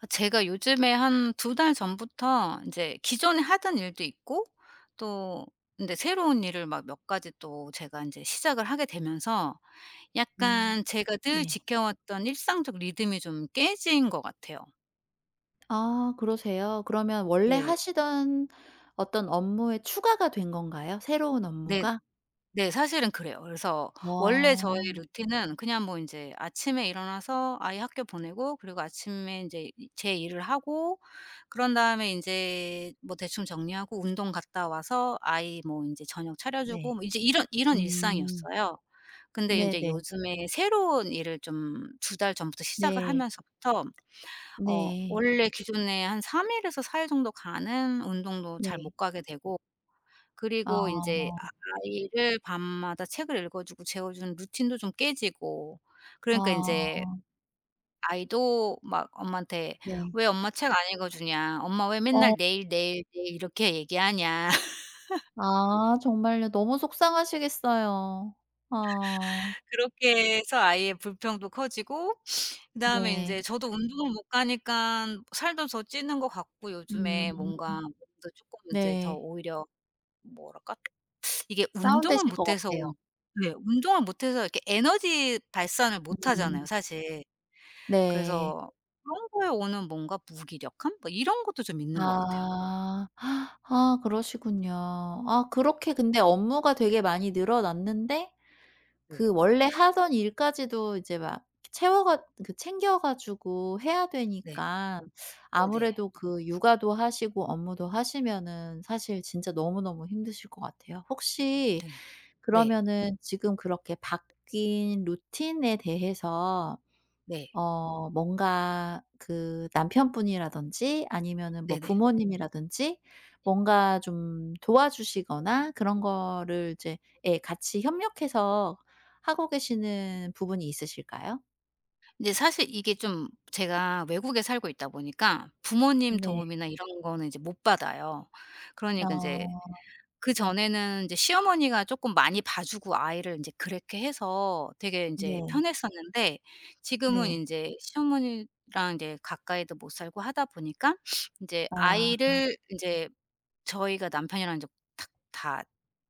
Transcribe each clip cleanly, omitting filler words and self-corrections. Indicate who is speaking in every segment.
Speaker 1: 아, 제가 요즘에 한 두 달 전부터 인제 기존에 하던 일도 있고 또 근데 새로운 일을 막 몇 가지 또 제가 인제 시작을 하게 되면서
Speaker 2: 음
Speaker 1: 약간 제가 늘
Speaker 2: 네.
Speaker 1: 지켜왔던 일상적 리듬이 좀 깨진 것 같아요.
Speaker 2: 아 그러세요? 그러면 원래
Speaker 1: 네.
Speaker 2: 하시던 어떤 업무에 추가가 된 건가요? 새로운
Speaker 1: 네.
Speaker 2: 업무가?
Speaker 1: 네. 사실은 그래요. 그래서
Speaker 2: 어
Speaker 1: 원래 네. 저의 루틴은 그냥 뭐 인제 아침에 일어나서 아이 학교 보내고 그리고 아침에 인제 이 제 일을 하고 그런 다음에 인제 뭐 대충 정리하고 운동 갔다 와서 아이 뭐 인제 저녁 차려 주고
Speaker 2: 네.
Speaker 1: 뭐 이제 이런 이런
Speaker 2: 음.
Speaker 1: 일상이었어요. 근데 인제
Speaker 2: 네네.
Speaker 1: 요즘에 새로운 일을 좀 두 달 전부터 시작을
Speaker 2: 네.
Speaker 1: 하면서부터
Speaker 2: 네.
Speaker 1: 원래 기존에 한 3일 일에서 4일 정도 가는 운동도 잘
Speaker 2: 네.
Speaker 1: 못 가게 되고 그리고 인제
Speaker 2: 아.
Speaker 1: 아이를 밤마다 책을 읽어 주고 재워 주는 루틴도 좀 깨지고 그러니까 인제
Speaker 2: 아
Speaker 1: 아이도 막 엄마한테
Speaker 2: 네.
Speaker 1: "왜 엄마 책 안 읽어 주냐. 엄마 왜 맨날
Speaker 2: 어
Speaker 1: 내일, 내일, 내일 이렇게 얘기하냐."
Speaker 2: 아 정말요. 너무 속상하시겠어요. 아
Speaker 1: 그렇게 해서 아이의 불평도 커지고 그다음에
Speaker 2: 네.
Speaker 1: 인제 저도 운동을 못 가니깐 살도 더 찌는 것 같고 요즘에
Speaker 2: 음
Speaker 1: 뭔가 몸도 쪼끔 인제 더
Speaker 2: 네.
Speaker 1: 오히려 뭐랄까? 이게 운동을
Speaker 2: 다운되실 것
Speaker 1: 못해서
Speaker 2: 같아요.
Speaker 1: 온 네 운동을 못해서 이렇게 에너지 발산을 못하잖아요
Speaker 2: 음
Speaker 1: 사실.
Speaker 2: 네.
Speaker 1: 그래서 그런 거에 오는 뭔가 무기력함? 뭐 이런 것도 좀 있는 것 같아요.
Speaker 2: 아. 아 그러시군요. 아 그렇게 근데 업무가 되게 많이 늘어났는데
Speaker 1: 네.
Speaker 2: 그 원래 하던 일까지도 이제 막 채워 가 그 챙겨 가지고 해야
Speaker 1: 네.
Speaker 2: 되니까
Speaker 1: 네네.
Speaker 2: 아무래도 그 육아도 하시고 업무도 하시면은 사실 진짜 너무너무 힘드실 것 같아요. 혹시
Speaker 1: 네. 네.
Speaker 2: 그러면은 지금 그렇게 바뀐 루틴에 대해서
Speaker 1: 네.
Speaker 2: 뭔가 그 남편분이라든지 아니면은 뭐
Speaker 1: 네네.
Speaker 2: 부모님이라든지 뭔가 좀 도와주시거나 그런 거를 이제 예 같이 협력해서 하고 계시는 부분이 있으실까요?
Speaker 1: 근데 사실 이게 좀 제가 외국에 살고 있다 보니까 부모님
Speaker 2: 네.
Speaker 1: 도움이나 이런 거는 이제 못 받아요. 그러니까 인제
Speaker 2: 어
Speaker 1: 그전에는 이제 시어머니가 조금 많이 봐 주고 아이를 인제 그렇게 해서 되게 인제
Speaker 2: 네.
Speaker 1: 편했었는데 지금은
Speaker 2: 네.
Speaker 1: 인제 시어머니랑 이제 가까이도 못 살고 하다 보니까 인제
Speaker 2: 아
Speaker 1: 아이를 인제 저희가 남편이랑 이제 탁 다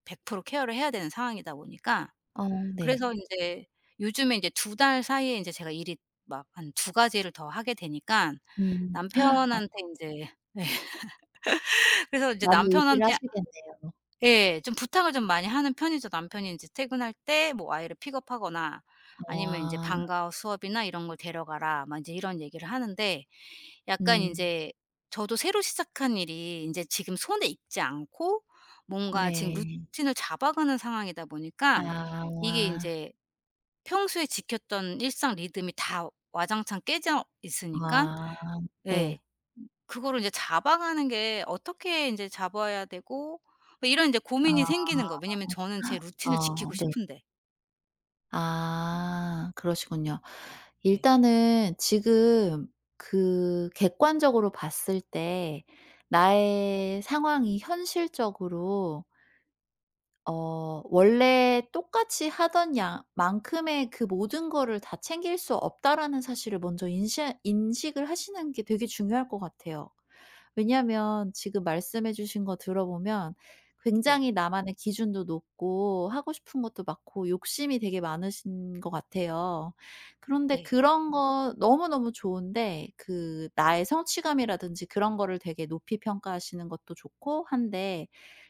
Speaker 1: 100% 케어를 해야 되는 상황이다 보니까
Speaker 2: 어 네.
Speaker 1: 그래서 인제 요즘에 인제 두 달 사이에 인제 제가 일이 막 한 두 가지를 더 하게 되니까
Speaker 2: 음. 아
Speaker 1: 남편한테 인제 네. 그래서 이제
Speaker 2: 많이 의지를
Speaker 1: 남편한테
Speaker 2: 하시겠네요.
Speaker 1: 예. 좀 부탁을 좀 많이 하는 편이죠. 남편이 인제 퇴근할 때 뭐 아이를 픽업하거나
Speaker 2: 아
Speaker 1: 아니면 인제 "방과후 수업이나 이런 걸 데려가라." 막 인제 이런 얘기를 하는데 약간
Speaker 2: 음
Speaker 1: 인제 저도 새로 시작한 일이 인제 지금 손에 익지 않고 뭔가 지금
Speaker 2: 네.
Speaker 1: 루틴을 잡아가는 상황이다 보니까
Speaker 2: 아.
Speaker 1: 이게 인제 평소에 지켰던 일상 리듬이 다 와장창 깨져 있으니까
Speaker 2: 아
Speaker 1: 예.
Speaker 2: 네.
Speaker 1: 그거를 이제 잡아가는 게 어떻게 인제 잡아야 되고 뭐 이런 인제 고민이 생기는 거예요.
Speaker 2: 아
Speaker 1: 왜냐면 저는 제 루틴을
Speaker 2: 어
Speaker 1: 지키고
Speaker 2: 네.
Speaker 1: 싶은데.
Speaker 2: 아 그러시군요.
Speaker 1: 네.
Speaker 2: 일단은 지금 그 객관적으로 봤을 때
Speaker 1: 네.
Speaker 2: 나의 상황이 현실적으로 원래 똑같이 하던 양 만큼의 그 모든 거를 다 챙길 수 없다라는 사실을 먼저 인시 인식을 하시는 게 되게 중요할 것 같아요. 왜냐하면 지금 말씀해 주신 거 들어보면
Speaker 1: 네.
Speaker 2: 굉장히 나만의 기준도 높고 하고 싶은 것도 많고 욕심이 되게 많으신 것 같아요. 그런데
Speaker 1: 네.
Speaker 2: 그런 거 너무너무 좋은데 그 나의 성취감이라든지 그런 거를 되게 높이 평가하시는 것도 좋고 한데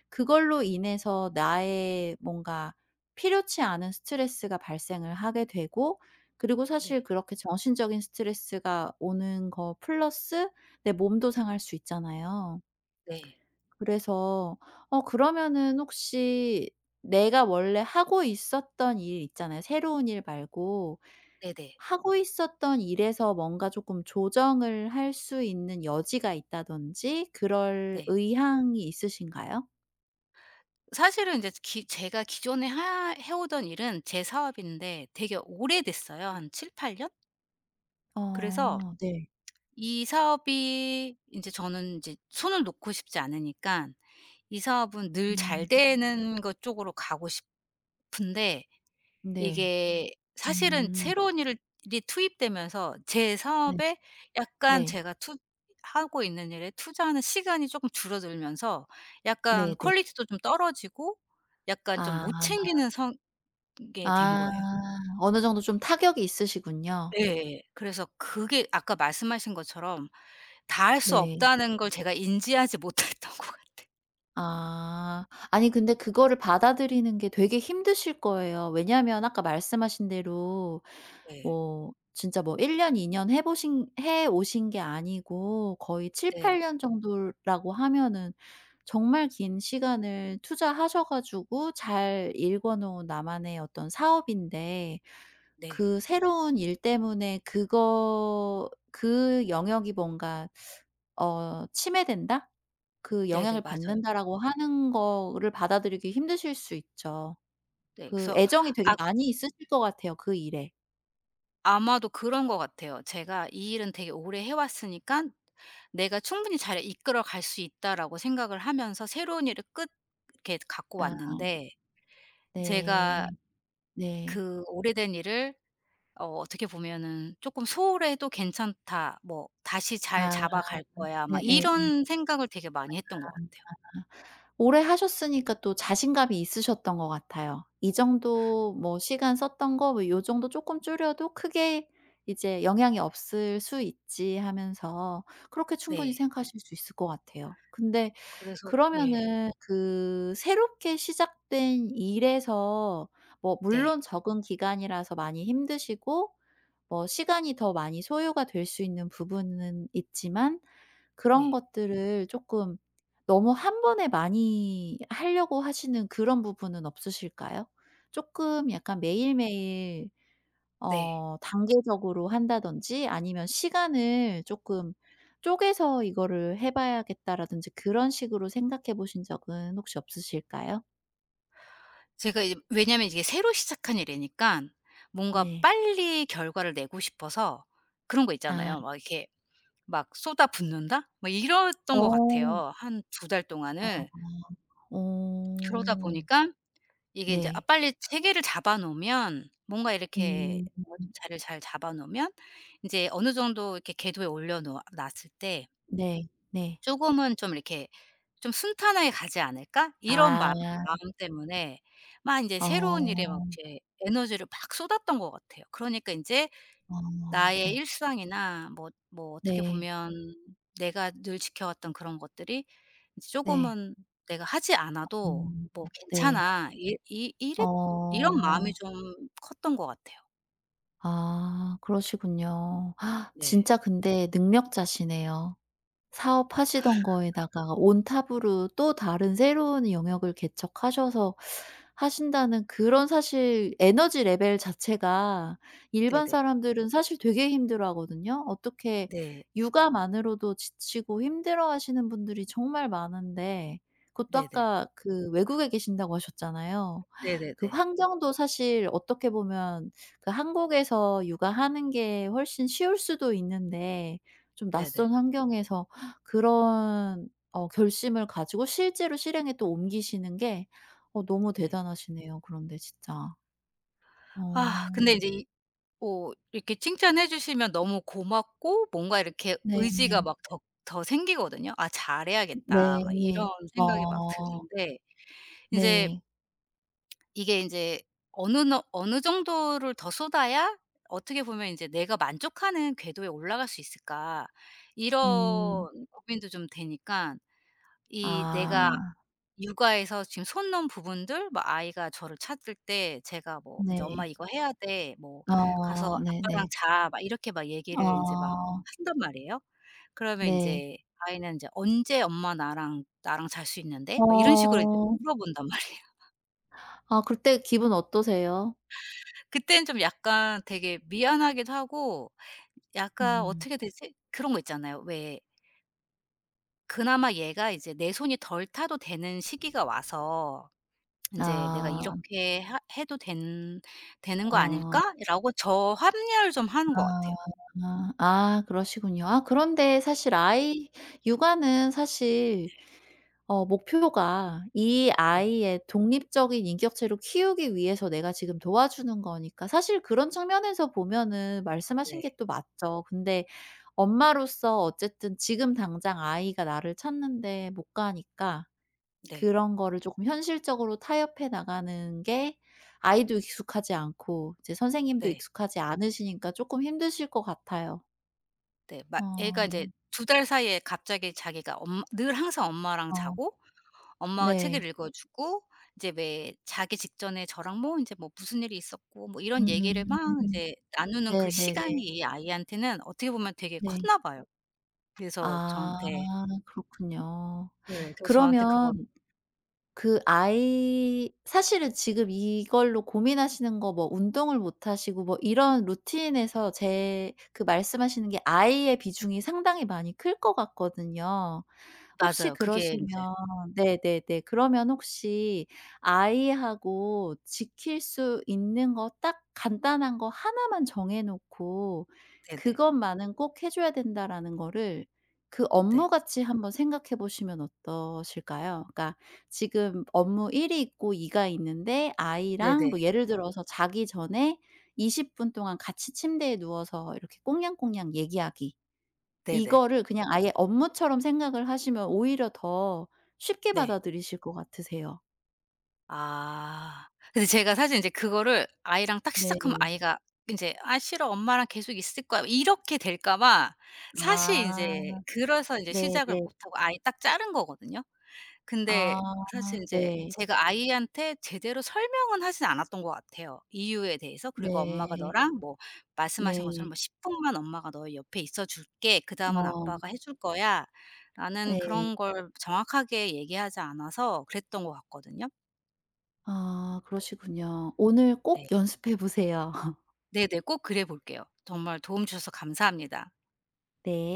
Speaker 2: 그걸로 인해서 나의 뭔가 필요치 않은 스트레스가 발생을 하게 되고, 그리고 사실
Speaker 1: 네.
Speaker 2: 그렇게 정신적인 스트레스가 오는 거 플러스 내 몸도 상할 수 있잖아요.
Speaker 1: 네.
Speaker 2: 그래서 그러면은 혹시 내가 원래 하고 있었던 일 있잖아요, 새로운 일 말고.
Speaker 1: 네네.
Speaker 2: 하고 있었던 일에서 뭔가 조금 조정을 할 수 있는 여지가 있다든지 그럴
Speaker 1: 네.
Speaker 2: 의향이 있으신가요?
Speaker 1: 사실은 인제 기 제가 기존에 하 해 오던 일은 제 사업인데 되게 오래됐어요. 한 7-8 년? 그래서
Speaker 2: 어 네.
Speaker 1: 이 사업이 인제 저는 인제 손을 놓고 싶지 않으니까 이 사업은 늘
Speaker 2: 음
Speaker 1: 잘 되는 것 쪽으로 가고 싶은데
Speaker 2: 네.
Speaker 1: 이게 사실은
Speaker 2: 음
Speaker 1: 새로운 일을 일이 투입되면서 제
Speaker 2: 네.
Speaker 1: 사업에 약간
Speaker 2: 네.
Speaker 1: 제가 투 하고 있는 일에 투자하는 시간이 쪼끔 줄어들면서 약간
Speaker 2: 네네.
Speaker 1: 퀄리티도 좀 떨어지고 약간 좀
Speaker 2: 아.
Speaker 1: 못 챙기는 성 게 된
Speaker 2: 아
Speaker 1: 거예요.
Speaker 2: 어느 정도 좀 타격이 있으시군요.
Speaker 1: 예. 그래서 그게 아까 말씀하신 것처럼 다 할 수
Speaker 2: 네.
Speaker 1: 없다는 걸 제가 인지하지 못했던 것 같아요.
Speaker 2: 아. 아니 근데 그거를 받아들이는 게 되게 힘드실 거예요. 왜냐하면 아까 말씀하신 대로
Speaker 1: 네.
Speaker 2: 뭐 진짜 뭐 1 년 2 년 해 오신 게 아니고 거의
Speaker 1: 네.
Speaker 2: 7-8년 정도라고 하면은 정말 긴 시간을 투자하셔 가지고 잘 일궈 놓은 나만의 어떤 사업인데
Speaker 1: 네.
Speaker 2: 그 새로운 일 때문에 그거 그 영역이 뭔가 침해된다? 그
Speaker 1: 네네.
Speaker 2: 영향을
Speaker 1: 맞아요.
Speaker 2: 받는다라고 하는 거를 받아들이기 힘드실 수 있죠.
Speaker 1: 네.
Speaker 2: 그
Speaker 1: 그래서
Speaker 2: 애정이 되게
Speaker 1: 아
Speaker 2: 많이 있으실 것 같아요, 그 일에.
Speaker 1: 아마도 그런 것 같아요. 제가 '이 일은 되게 오래 해왔으니까 내가 충분히 잘 이끌어 갈 수 있다.'라고 생각을 하면서 새로운 일을 끝 이렇게 갖고
Speaker 2: 아
Speaker 1: 왔는데 제가
Speaker 2: 네. 네.
Speaker 1: 그 오래된 일을 어떻게 보면은 조금 소홀해도 괜찮다. 뭐 다시 잘
Speaker 2: 아.
Speaker 1: 잡아갈 거야.' 막
Speaker 2: 예예.
Speaker 1: 이런 생각을 되게 많이 했던 것 같아요.
Speaker 2: 오래 하셨으니까 또 자신감이 있으셨던 것 같아요. 이 정도 뭐 시간 썼던 거 뭐 요 정도 쪼끔 줄여도 크게 이제 '영향이 없을 수 있지.' 하면서 그렇게 충분히
Speaker 1: 네.
Speaker 2: 생각하실 수 있을 것 같아요. 근데
Speaker 1: 그래서 네.
Speaker 2: 그러면은 그 새롭게 시작된 일에서 뭐
Speaker 1: 네.
Speaker 2: 물론 적은 기간이라서 많이 힘드시고 뭐 시간이 더 많이 소요가 될 수 있는 부분은 있지만 그런
Speaker 1: 네.
Speaker 2: 것들을 조금 너무 한 번에 많이 하려고 하시는 그런 부분은 없으실까요? 조금 약간 매일매일
Speaker 1: 네.
Speaker 2: 단계적으로 한다든지 아니면 시간을 조금 쪼개서 '이거를 해 봐야겠다.'라든지 그런 식으로 생각해 보신 적은 혹시 없으실까요?
Speaker 1: 제가 이제 왜냐면 이게 새로 시작한 일이니까 뭔가
Speaker 2: 네.
Speaker 1: 빨리 결과를 내고 싶어서 그런 거
Speaker 2: 아.
Speaker 1: 있잖아요. 막 이렇게 막 쏟아붓는다? 막 이랬던 것
Speaker 2: 어.
Speaker 1: 같아요, 한 두 달
Speaker 2: 아.
Speaker 1: 동안을. 그러다
Speaker 2: 어.
Speaker 1: 보니까 이게 인제 아
Speaker 2: 네.
Speaker 1: 빨리 체계를 잡아 놓으면 뭔가 이렇게
Speaker 2: 음.
Speaker 1: 뭔가 좀 자리를 잘 잡아 놓으면 인제 어느 정도 이렇게 궤도에 올려 놓아 놨을 때
Speaker 2: 네. 네.
Speaker 1: 조금은 좀 이렇게 좀 '순탄하게 가지 않을까?' 이런 마
Speaker 2: 아.
Speaker 1: 마음 때문에 막 이제
Speaker 2: 어.
Speaker 1: 새로운 일에 막 이제 에너지를 막 쏟았던 것 같아요. 그러니까 이제
Speaker 2: 어
Speaker 1: 나의
Speaker 2: 네.
Speaker 1: 일상이나 뭐 뭐 어떻게
Speaker 2: 네.
Speaker 1: 보면 내가 늘 지켜왔던 그런 것들이 이제 금
Speaker 2: 네.
Speaker 1: 은 '내가 하지 않아도
Speaker 2: 음
Speaker 1: 뭐
Speaker 2: 네.
Speaker 1: 괜찮아.' 이 이이 이런 마음이
Speaker 2: 어.
Speaker 1: 좀 컸던 것 같아요.
Speaker 2: 아 그러시군요.
Speaker 1: 네.
Speaker 2: 진짜 근데 능력자시네요. 사업하시던 거에다가 온탑으로 또 다른 새로운 영역을 개척하셔서 하신다는 그런 사실 에너지 레벨 자체가 일반
Speaker 1: 네네.
Speaker 2: 사람들은 사실 되게 힘들어하거든요. 어떻게
Speaker 1: 네.
Speaker 2: 육아만으로도 지치고 힘들어하시는 분들이 정말 많은데, 그것도
Speaker 1: 네네.
Speaker 2: 아까 그 외국에 계신다고 하셨잖아요. 그
Speaker 1: 네네네.
Speaker 2: 환경도 사실 어떻게 보면 그 한국에서 육아하는 게 훨씬 쉬울 수도 있는데 좀
Speaker 1: 네네.
Speaker 2: 낯선 환경에서 그런 결심을 가지고 실제로 실행에 또 옮기시는 게 너무
Speaker 1: 네.
Speaker 2: 대단하시네요 그런데 진짜. 어.
Speaker 1: 아 근데 이제 뭐 이렇게 칭찬해 주시면 너무 고맙고 뭔가 이렇게
Speaker 2: 네.
Speaker 1: 의지가
Speaker 2: 네.
Speaker 1: 막 더 더 생기거든요. '아 잘해야겠다.' 막 이런 생각이 막
Speaker 2: 어.
Speaker 1: 드는데 인제
Speaker 2: 네.
Speaker 1: 이게 인제 어느 정도를 더 쏟아야 어떻게 보면 인제 '내가 만족하는 궤도에 올라갈 수 있을까?'
Speaker 2: 음.
Speaker 1: 이런 고민도 좀 되니깐 이 내가
Speaker 2: 아.
Speaker 1: 육아에서 지금 손 놓은 부분들 뭐 아이가 저를 찾을 때 제가 뭐 인제 "엄마
Speaker 2: 네.
Speaker 1: 이거 해야 돼." 뭐 "가서
Speaker 2: 어
Speaker 1: 아빠랑
Speaker 2: 네네.
Speaker 1: 자." 막 이렇게 막 얘기를 인제 막
Speaker 2: 어.
Speaker 1: 한단 말이에요. 그러면
Speaker 2: 네.
Speaker 1: 인제 아이는 인제 "언제 엄마 나랑 잘 수 있는데?" 막 이런 식으로 이제
Speaker 2: 어.
Speaker 1: 물어본단 말이에요.
Speaker 2: 아 그때 기분 어떠세요?
Speaker 1: 그때는 좀 약간 되게 미안하기도 하고 약간
Speaker 2: 음.
Speaker 1: 어떻게 되지? 그런 거 있잖아요. 왜 그나마 얘가 이제 내 손이 덜 타도 되는 시기가 와서 인제 '내가
Speaker 2: 아.
Speaker 1: 이렇게 하 해도 된 되는 거
Speaker 2: 아.
Speaker 1: 아닐까?'라고 저합리화를 좀 하는 것
Speaker 2: 아.
Speaker 1: 같아요.
Speaker 2: 아 아, 그러시군요. 아 그런데 사실 아이 육아는 사실 목표가 이
Speaker 1: 네.
Speaker 2: 아이의 독립적인 인격체로 키우기 위해서 내가 지금 도와주는 거니까 사실 그런 측면에서 보면은 말씀하신 게
Speaker 1: 네.
Speaker 2: 또 맞죠. 근데 엄마로서 어쨌든 지금 당장 아이가 나를 찾는 데 못 가니까
Speaker 1: 네.
Speaker 2: 그런 거를 조금 현실적으로 타협해 나가는 게 아이도 익숙하지 않고 이제 선생님도
Speaker 1: 네.
Speaker 2: 익숙하지 않으시니까 쪼끔 힘드실 것 같아요.
Speaker 1: 네. 막 애가
Speaker 2: 어.
Speaker 1: 인제 두 달 사이에 갑자기 자기가 엄 늘 항상 엄마랑
Speaker 2: 어.
Speaker 1: 자고 엄마가 책을
Speaker 2: 네.
Speaker 1: 읽어 주고 이제 왜 자기 직전에 저랑 뭐 인제 뭐 무슨 일이 있었고 뭐 이런 얘기를 막
Speaker 2: 음.
Speaker 1: 인제 나누는 그 시간이
Speaker 2: 네네네.
Speaker 1: 이 아이한테는 어떻게 보면 되게
Speaker 2: 네.
Speaker 1: 컸나 봐요. 그래서 저한테
Speaker 2: 아 그렇군요.
Speaker 1: 네. 그래서 저한테 그거를
Speaker 2: 그러면 그 아이 사실은 지금 이걸로 고민하시는 거 뭐 운동을 못 하시고 뭐 이런 루틴에서 제 그 말씀하시는 게 아이의 비중이 상당히 많이 클 것 같거든요. 혹시
Speaker 1: 맞아요. 그게
Speaker 2: 그러시면
Speaker 1: 인제
Speaker 2: 네네네. 그러면 혹시 아이하고 지킬 수 있는 거 딱 간단한 거 하나만 정해 놓고
Speaker 1: 네네.
Speaker 2: '그것만은 꼭 해 줘야 된다.'라는 거를 그
Speaker 1: 네.
Speaker 2: 업무같이 한번 생각해 보시면 어떠실까요? 그러니까 지금 업무 1이 있고 2가 있는데 아이랑 뭐
Speaker 1: 네네.
Speaker 2: 예를 들어서 자기 전에 20분 동안 같이 침대에 누워서 이렇게 꽁냥꽁냥 얘기하기.
Speaker 1: 네네.
Speaker 2: 이거를 그냥 아예 업무처럼 생각을 하시면 오히려 더 쉽게
Speaker 1: 네.
Speaker 2: 받아들이실 것 같으세요.
Speaker 1: 아. 근데 제가 사실 인제 그거를 아이랑 딱 시작하면
Speaker 2: 네.
Speaker 1: 아이가 인제 '아 싫어. 엄마랑 계속 있을 거야.' 이렇게 될까 봐 사실
Speaker 2: 아.
Speaker 1: 인제 그래서 인제 시작을
Speaker 2: 네네.
Speaker 1: 못 하고 아예 딱 자른 거거든요. 근데
Speaker 2: 아.
Speaker 1: 사실 인제
Speaker 2: 네.
Speaker 1: 제가 아이한테 제대로 설명은 하진 않았던 것 같아요, 이유에 대해서. 그리고 "엄마가
Speaker 2: 네.
Speaker 1: 너랑 뭐 말씀하신 것처럼
Speaker 2: 네.
Speaker 1: 뭐 10분 분만 엄마가 너의 옆에 있어 줄게. 그다음은
Speaker 2: 어.
Speaker 1: 아빠가 해줄 거야."라는
Speaker 2: 네.
Speaker 1: 그런 걸 정확하게 얘기하지 않아서 그랬던 것 같거든요.
Speaker 2: 아 그러시군요. 오늘
Speaker 1: 네.
Speaker 2: 꼭 연습해 보세요.
Speaker 1: 네네. 꼭 그래 볼게요. 정말 도움 주셔서 감사합니다.
Speaker 2: 네.